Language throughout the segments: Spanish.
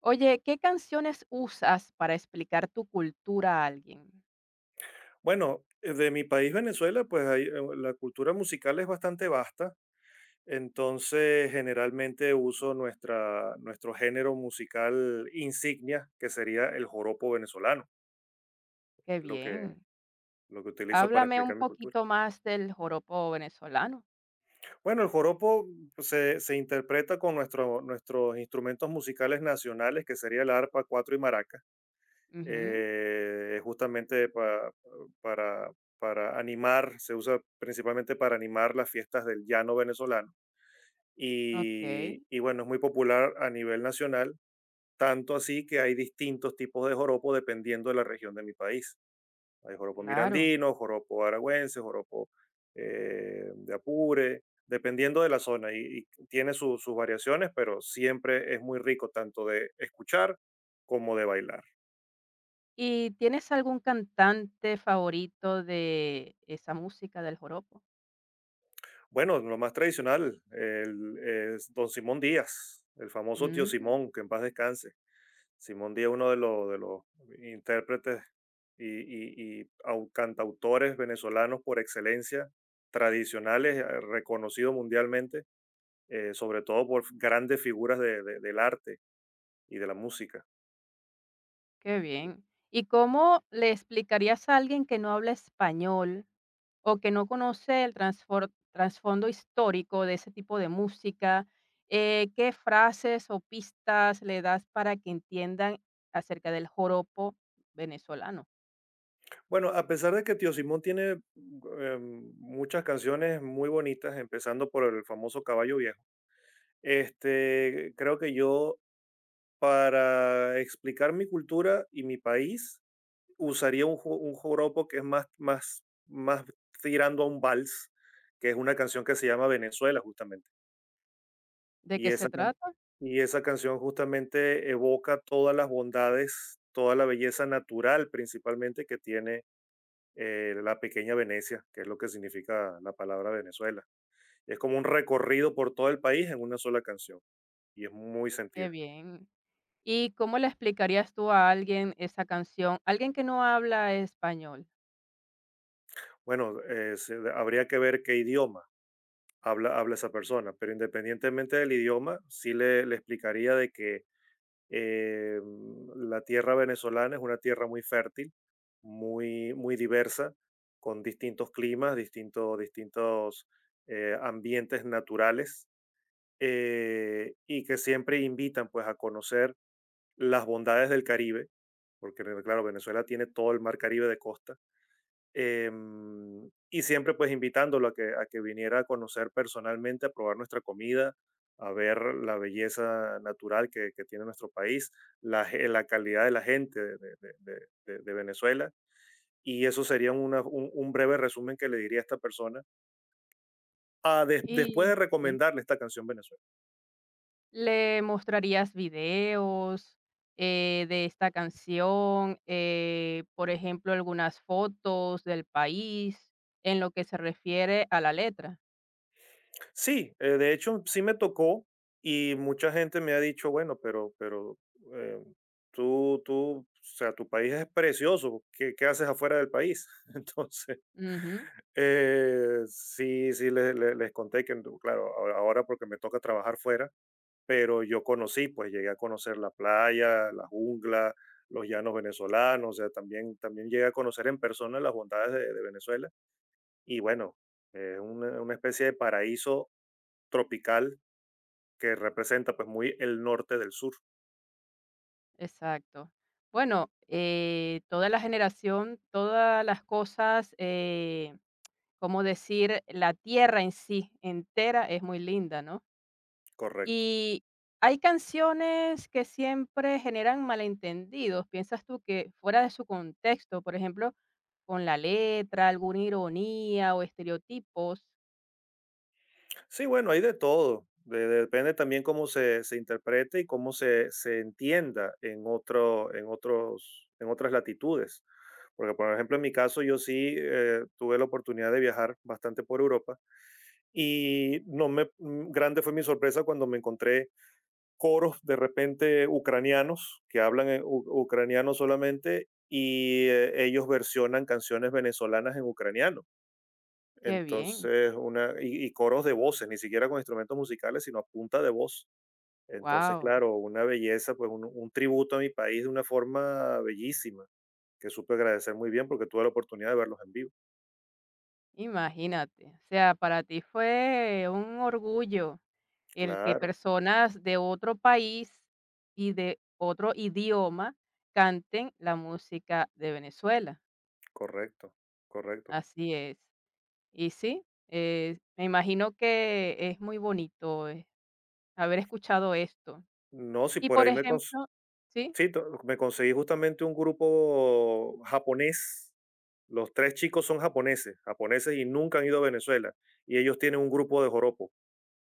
Oye, ¿qué canciones usas para explicar tu cultura a alguien? Bueno, de mi país, Venezuela, pues la cultura musical es bastante vasta, entonces generalmente uso nuestro género musical insignia, que sería el joropo venezolano, Qué es lo que, bien. lo que utilizo para Háblame un explicar mi cultura. poquito más del joropo venezolano. Bueno, el joropo se interpreta con nuestros instrumentos musicales nacionales, que sería el arpa, cuatro y maraca, Ujú, justamente para, para animar, se usa principalmente para animar las fiestas del llano venezolano okey, y bueno, es muy popular a nivel nacional, tanto así que hay distintos tipos de joropo dependiendo de la región de mi país. Hay joropo claro. mirandino, joropo aragüense, joropo de Apure, dependiendo de la zona y tiene sus variaciones, pero siempre es muy rico tanto de escuchar como de bailar. ¿Y tienes algún cantante favorito de esa música del joropo? Bueno, lo más tradicional, es Don Simón Díaz, el famoso tío Mm. Simón, que en paz descanse. Simón Díaz, uno de los intérpretes y cantautores venezolanos por excelencia, tradicionales, reconocido mundialmente, sobre todo por grandes figuras del arte y de la música. Qué bien. ¿Y cómo le explicarías a alguien que no habla español o que no conoce el trasfondo histórico de ese tipo de música? ¿Qué frases o pistas le das para que entiendan acerca del joropo venezolano? Bueno, a pesar de que Tío Simón tiene muchas canciones muy bonitas, empezando por el famoso Caballo Viejo, creo que yo para explicar mi cultura y mi país, usaría un joropo que es más, más, más tirando a un vals, que es una canción que se llama Venezuela, justamente. ¿De Y qué se esa, can- trata? y esa canción justamente evoca todas las bondades, toda la belleza natural principalmente que tiene la pequeña Venecia, que es lo que significa la palabra Venezuela. Es como un recorrido por todo el país en una sola canción y es muy Qué sentida. bien. ¿Y cómo le explicarías tú a alguien esa canción? Alguien que no habla español. Bueno, habría que ver qué idioma habla esa persona. Pero independientemente del idioma, sí le explicaría de que eh, la tierra venezolana es una tierra muy fértil, muy, muy diversa, con distintos climas, distintos ambientes naturales, y que siempre invitan pues a conocer las bondades del Caribe, porque claro, Venezuela tiene todo el mar Caribe de costa y siempre pues invitándolo a que, viniera a conocer personalmente, a probar nuestra comida, a ver la belleza natural que tiene nuestro país, la calidad de la gente de Venezuela. Y eso sería un breve resumen que le diría a esta persona, después Y de sí. recomendarle esta canción venezolana. ¿Le mostrarías videos, de esta canción? Por ejemplo, algunas fotos del país en lo que se refiere a la letra. Sí, de hecho sí me tocó y mucha gente me ha dicho, bueno, pero eh, tú, o sea, tu país es precioso, qué haces afuera del país? Entonces, Ujú, sí, sí, les conté que, no, claro, ahora ahora porque me toca trabajar fuera, pero yo conocí, pues llegué a conocer la playa, la jungla, los llanos venezolanos, o sea, también llegué a conocer en persona las bondades de Venezuela y bueno, es una especie de paraíso tropical que representa pues muy el norte del sur, exacto. Bueno, toda la generación, todas las cosas, como decir, la tierra en sí entera es muy linda, ¿no? correcto. Y hay canciones que siempre generan malentendidos. ¿Piensas tú que fuera de su contexto, por ejemplo, con la letra, alguna ironía o estereotipos? Sí, bueno, hay de todo, depende también cómo se interprete y cómo se entienda en, otro, en, otros, en otras latitudes. Porque, por ejemplo, en mi caso, yo sí tuve la oportunidad de viajar bastante por Europa y no me, mm, grande fue mi sorpresa cuando me encontré coros de repente ucranianos que hablan en ucraniano solamente y ellos versionan canciones venezolanas en ucraniano. Qué bien, Entonces, y coros de voces, ni siquiera con instrumentos musicales, sino a punta de voz. Entonces, wow, claro, una belleza, pues un tributo a mi país de una forma bellísima, que supe agradecer muy bien porque tuve la oportunidad de verlos en vivo. imagínate. O sea, para ti fue un orgullo el que Claro, personas de otro país y de otro idioma canten la música de Venezuela. correcto, correcto. Así es. Y sí, me imagino que es muy bonito, haber escuchado esto. No, si Y, por por ahí ejemplo, ¿sí? Me conseguí justamente un grupo japonés. Los tres chicos son japoneses y nunca han ido a Venezuela. Y ellos tienen un grupo de joropo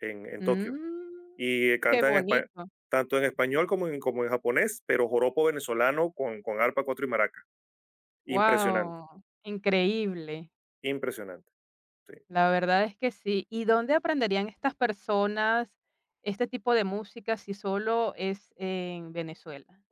en Tokio. Mm, y qué canta en espa- bonito. Tanto en español como como en japonés, pero joropo venezolano con arpa, cuatro y maraca. Impresionante, Wow, increíble. impresionante. Sí. La verdad es que sí. ¿Y dónde aprenderían estas personas este tipo de música si solo es en Venezuela?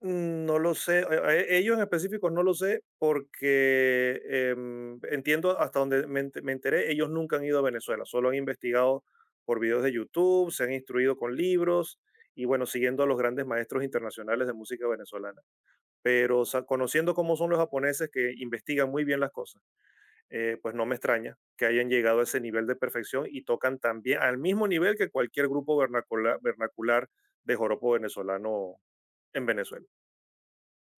No lo sé, ellos en específico no lo sé porque entiendo hasta donde me enteré, ellos nunca han ido a Venezuela, solo han investigado por videos de YouTube, se han instruido con libros y bueno, siguiendo a los grandes maestros internacionales de música venezolana, pero conociendo cómo son los japoneses que investigan muy bien las cosas pues no me extraña que hayan llegado a ese nivel de perfección y tocan también al mismo nivel que cualquier grupo vernacular de joropo venezolano en Venezuela.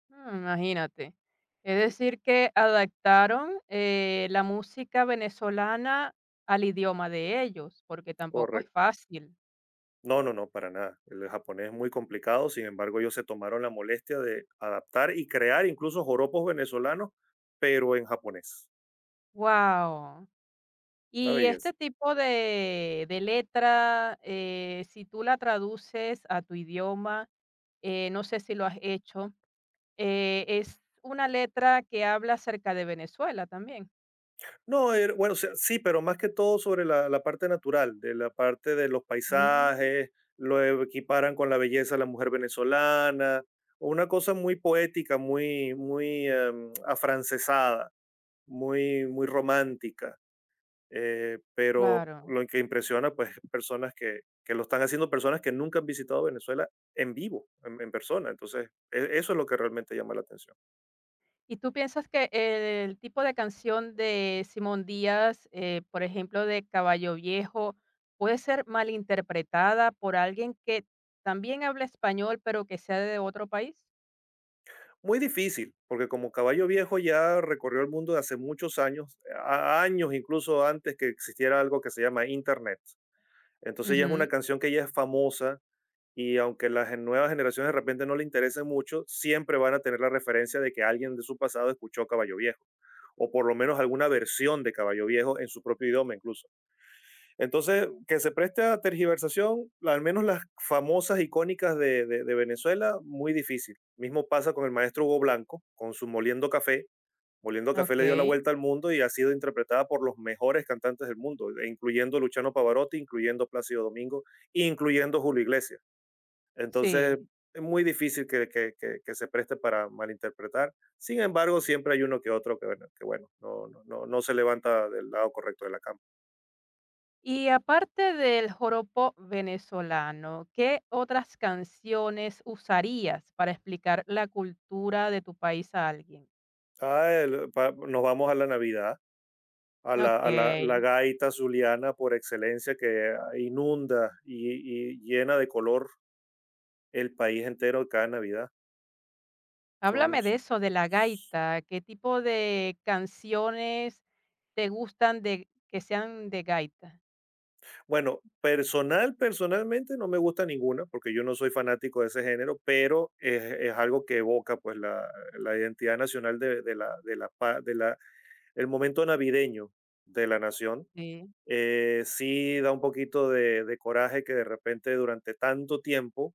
Mm, imagínate. Es Sí, decir, que adaptaron, la música venezolana al idioma de ellos, porque tampoco es correcto. fácil. No, no, no, para nada. El japonés es muy complicado, sin embargo, ellos se tomaron la molestia de adaptar y crear incluso joropos venezolanos, pero en japonés. Wow. Una Y este belleza. tipo de letra, si tú la traduces a tu idioma, no sé si lo has hecho, es una letra que habla acerca de Venezuela también. No, bueno, o sea, sí, pero más que todo sobre la parte natural, de la parte de los Mm. paisajes, lo equiparan con la belleza de la mujer venezolana, una cosa muy poética, muy, muy afrancesada, muy, muy romántica, pero Claro. lo que impresiona, pues, personas que lo están haciendo, personas que nunca han visitado Venezuela en vivo, en persona, entonces, eso es lo que realmente llama la atención. ¿Y tú piensas que el tipo de canción de Simón Díaz, por ejemplo, de Caballo Viejo, puede ser malinterpretada por alguien que también habla español, pero que sea de otro país? Muy difícil, porque como Caballo Viejo ya recorrió el mundo de hace muchos años, años incluso antes que existiera algo que se llama Internet. Entonces ya es una Ujú, canción que ya es famosa y aunque las nuevas generaciones de repente no le interesen mucho, siempre van a tener la referencia de que alguien de su pasado escuchó Caballo Viejo, o por lo menos alguna versión de Caballo Viejo en su propio idioma incluso. Entonces, que se preste a tergiversación, al menos las famosas icónicas de Venezuela, muy difícil. Mismo pasa con el maestro Hugo Blanco, con su Moliendo Café. Moliendo Café le dio la okey. vuelta al mundo y ha sido interpretada por los mejores cantantes del mundo, e incluyendo Luciano Pavarotti, incluyendo Plácido Domingo, incluyendo Julio Iglesias. Sí. Entonces, es muy difícil que se preste para malinterpretar. Sin embargo, siempre hay uno que otro que bueno no, no, no, no se levanta del lado correcto de la cama. Y aparte del joropo venezolano, ¿qué otras canciones usarías para explicar la cultura de tu país a alguien? Ah, nos vamos a la Navidad, Okey. la gaita zuliana por excelencia que inunda y llena de color el país entero cada Navidad. Son, Háblame de son- eso, de la gaita. ¿Qué tipo de canciones te gustan de que sean de gaita? Bueno, personalmente no me gusta ninguna porque yo no soy fanático de ese género, pero es algo que evoca pues la identidad nacional de la, pa- de la, el momento navideño de la nación Sí, sí da un poquito de coraje que de repente durante tanto tiempo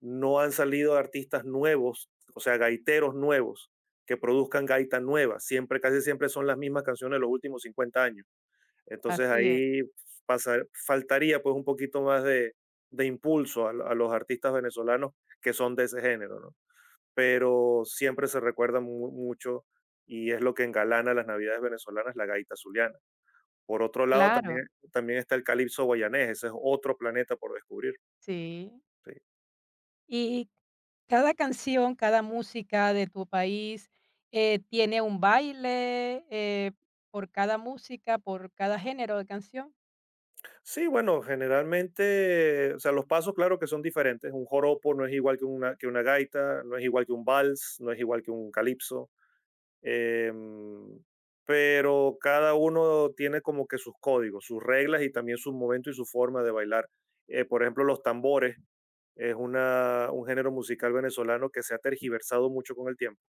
no han salido artistas nuevos, o sea, gaiteros nuevos que produzcan gaita nueva. Siempre, casi siempre son las mismas canciones de los últimos 50 años. Entonces así es. ahí faltaría pues un poquito más de impulso a, a los artistas venezolanos que son de ese género, ¿no? Pero siempre se recuerda mucho y es lo que engalana las navidades venezolanas, la gaita zuliana. Por otro lado, Claro, también, también está el calipso guayanés, ese es otro planeta por descubrir. sí. Sí. Y cada canción, cada música de tu país, ¿tiene un baile, por cada música, por cada género de canción? Sí, bueno, generalmente, o sea, los pasos, claro que son diferentes. Un joropo no es igual que que una gaita, no es igual que un vals, no es igual que un calipso. em, pero cada uno tiene como que sus códigos, sus reglas y también su momento y su forma de bailar. Por ejemplo, los tambores es un género musical venezolano que se ha tergiversado mucho con el tiempo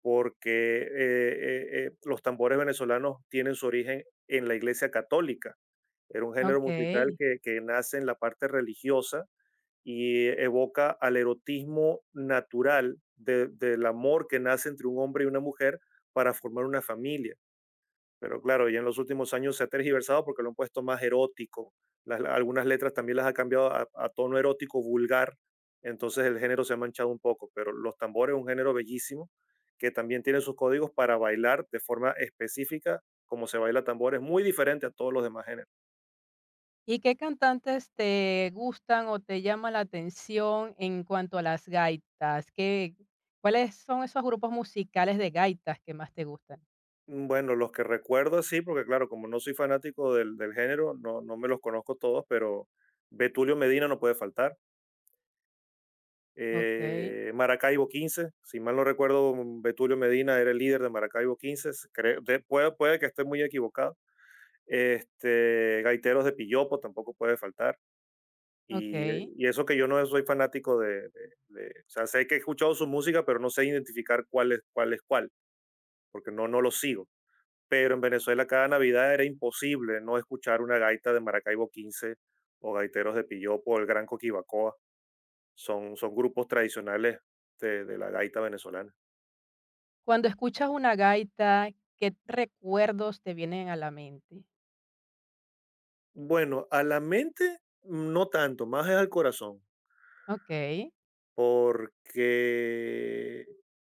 porque los tambores venezolanos tienen su origen en la iglesia católica. Era un género musical Okey. Que nace en la parte religiosa y evoca al erotismo natural del amor que nace entre un hombre y una mujer para formar una familia. Pero claro, ya en los últimos años se ha tergiversado porque lo han puesto más erótico. Algunas letras también las ha cambiado a tono erótico vulgar. Entonces el género se ha manchado un poco, pero los tambores es un género bellísimo que también tiene sus códigos para bailar de forma específica, como se baila tambor, es muy diferente a todos los demás géneros. ¿Y qué cantantes te gustan o te llama la atención en cuanto a las gaitas? ¿Qué cuáles son esos grupos musicales de gaitas que más te gustan? Bueno, los que recuerdo sí, porque claro, como no soy fanático del género, no, no me los conozco todos, pero Betulio Medina no puede faltar. Okey, Maracaibo 15, si mal no recuerdo, Betulio Medina era el líder de Maracaibo 15, creo, puede que esté muy equivocado. Gaiteros de Pillopo tampoco puede faltar. Y, okey. y eso que yo no soy fanático o sea, sé que he escuchado su música, pero no sé identificar cuál es cuál porque no lo sigo. Pero en Venezuela cada Navidad era imposible no escuchar una gaita de Maracaibo 15 o Gaiteros de Pillopo o el Gran Coquibacoa son grupos tradicionales de la gaita venezolana. Cuando escuchas una gaita, ¿qué recuerdos te vienen a la mente? Bueno, a la mente no tanto, más es al corazón, Okey, porque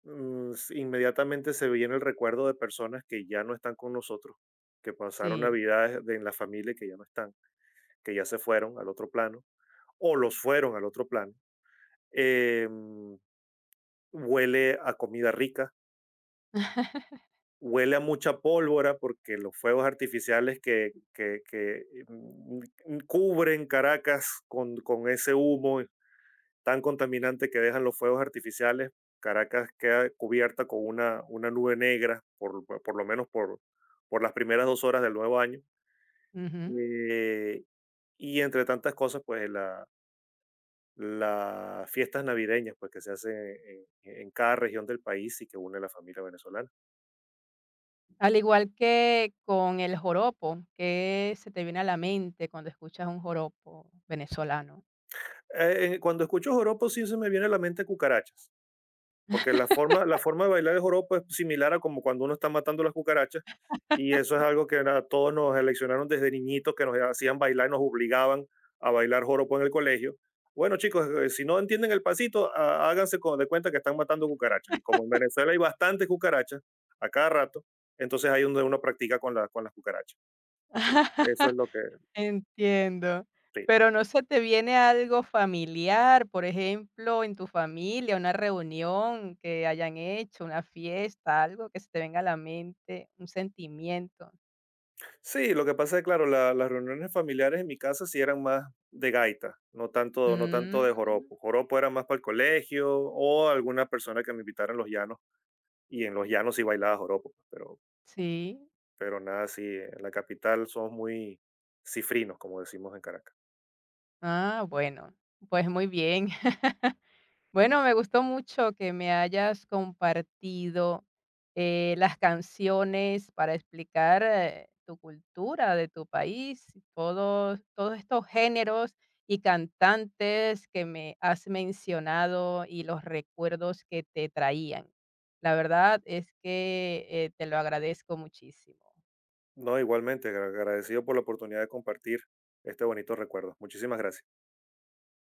inmediatamente se viene el recuerdo de personas que ya no están con nosotros, que pasaron sí, navidades en la familia y que ya no están, que ya se fueron al otro plano o los fueron al otro plano. Em, Huele a comida rica, huele a mucha pólvora porque los fuegos artificiales cubren Caracas con ese humo tan contaminante que dejan los fuegos artificiales, Caracas queda cubierta con una nube negra, por lo menos por las primeras 2 horas del nuevo año. ujú. Eh, y entre tantas cosas, pues las fiestas navideñas pues, que se hacen en en cada región del país y que une a la familia venezolana. Al igual que con el joropo, ¿qué se te viene a la mente cuando escuchas un joropo venezolano? Cuando escucho joropo sí se me viene a la mente cucarachas, porque la forma de bailar el joropo es similar a como cuando uno está matando las cucarachas, y eso es algo que a todos nos eleccionaron desde niñitos, que nos hacían bailar, nos obligaban a bailar joropo en el colegio. Bueno, chicos, si no entienden el pasito, háganse de cuenta que están matando cucarachas. Y como en Venezuela hay bastantes cucarachas a cada rato, entonces ahí donde uno practica con las cucarachas. Sí, eso es lo que... Entiendo. Sí. Pero, ¿no se te viene algo familiar? Por ejemplo, en tu familia, una reunión que hayan hecho, una fiesta, algo que se te venga a la mente, un sentimiento. Sí, lo que pasa es claro, las reuniones familiares en mi casa sí eran más de gaita, no tanto, no tanto Mm, de joropo. Joropo era más para el colegio o alguna persona que me invitara en los llanos. Y en los llanos sí bailaba joropo, pues, sí. pero nada, sí, en la capital somos muy cifrinos, como decimos en Caracas. Ah, bueno, pues muy bien. Mm. Bueno, me gustó mucho que me hayas compartido, las canciones para explicar, tu cultura de tu país, todos estos géneros y cantantes que me has mencionado y los recuerdos que te traían. La verdad es que, te lo agradezco muchísimo. No, igualmente, agradecido por la oportunidad de compartir este bonito recuerdo. Muchísimas gracias.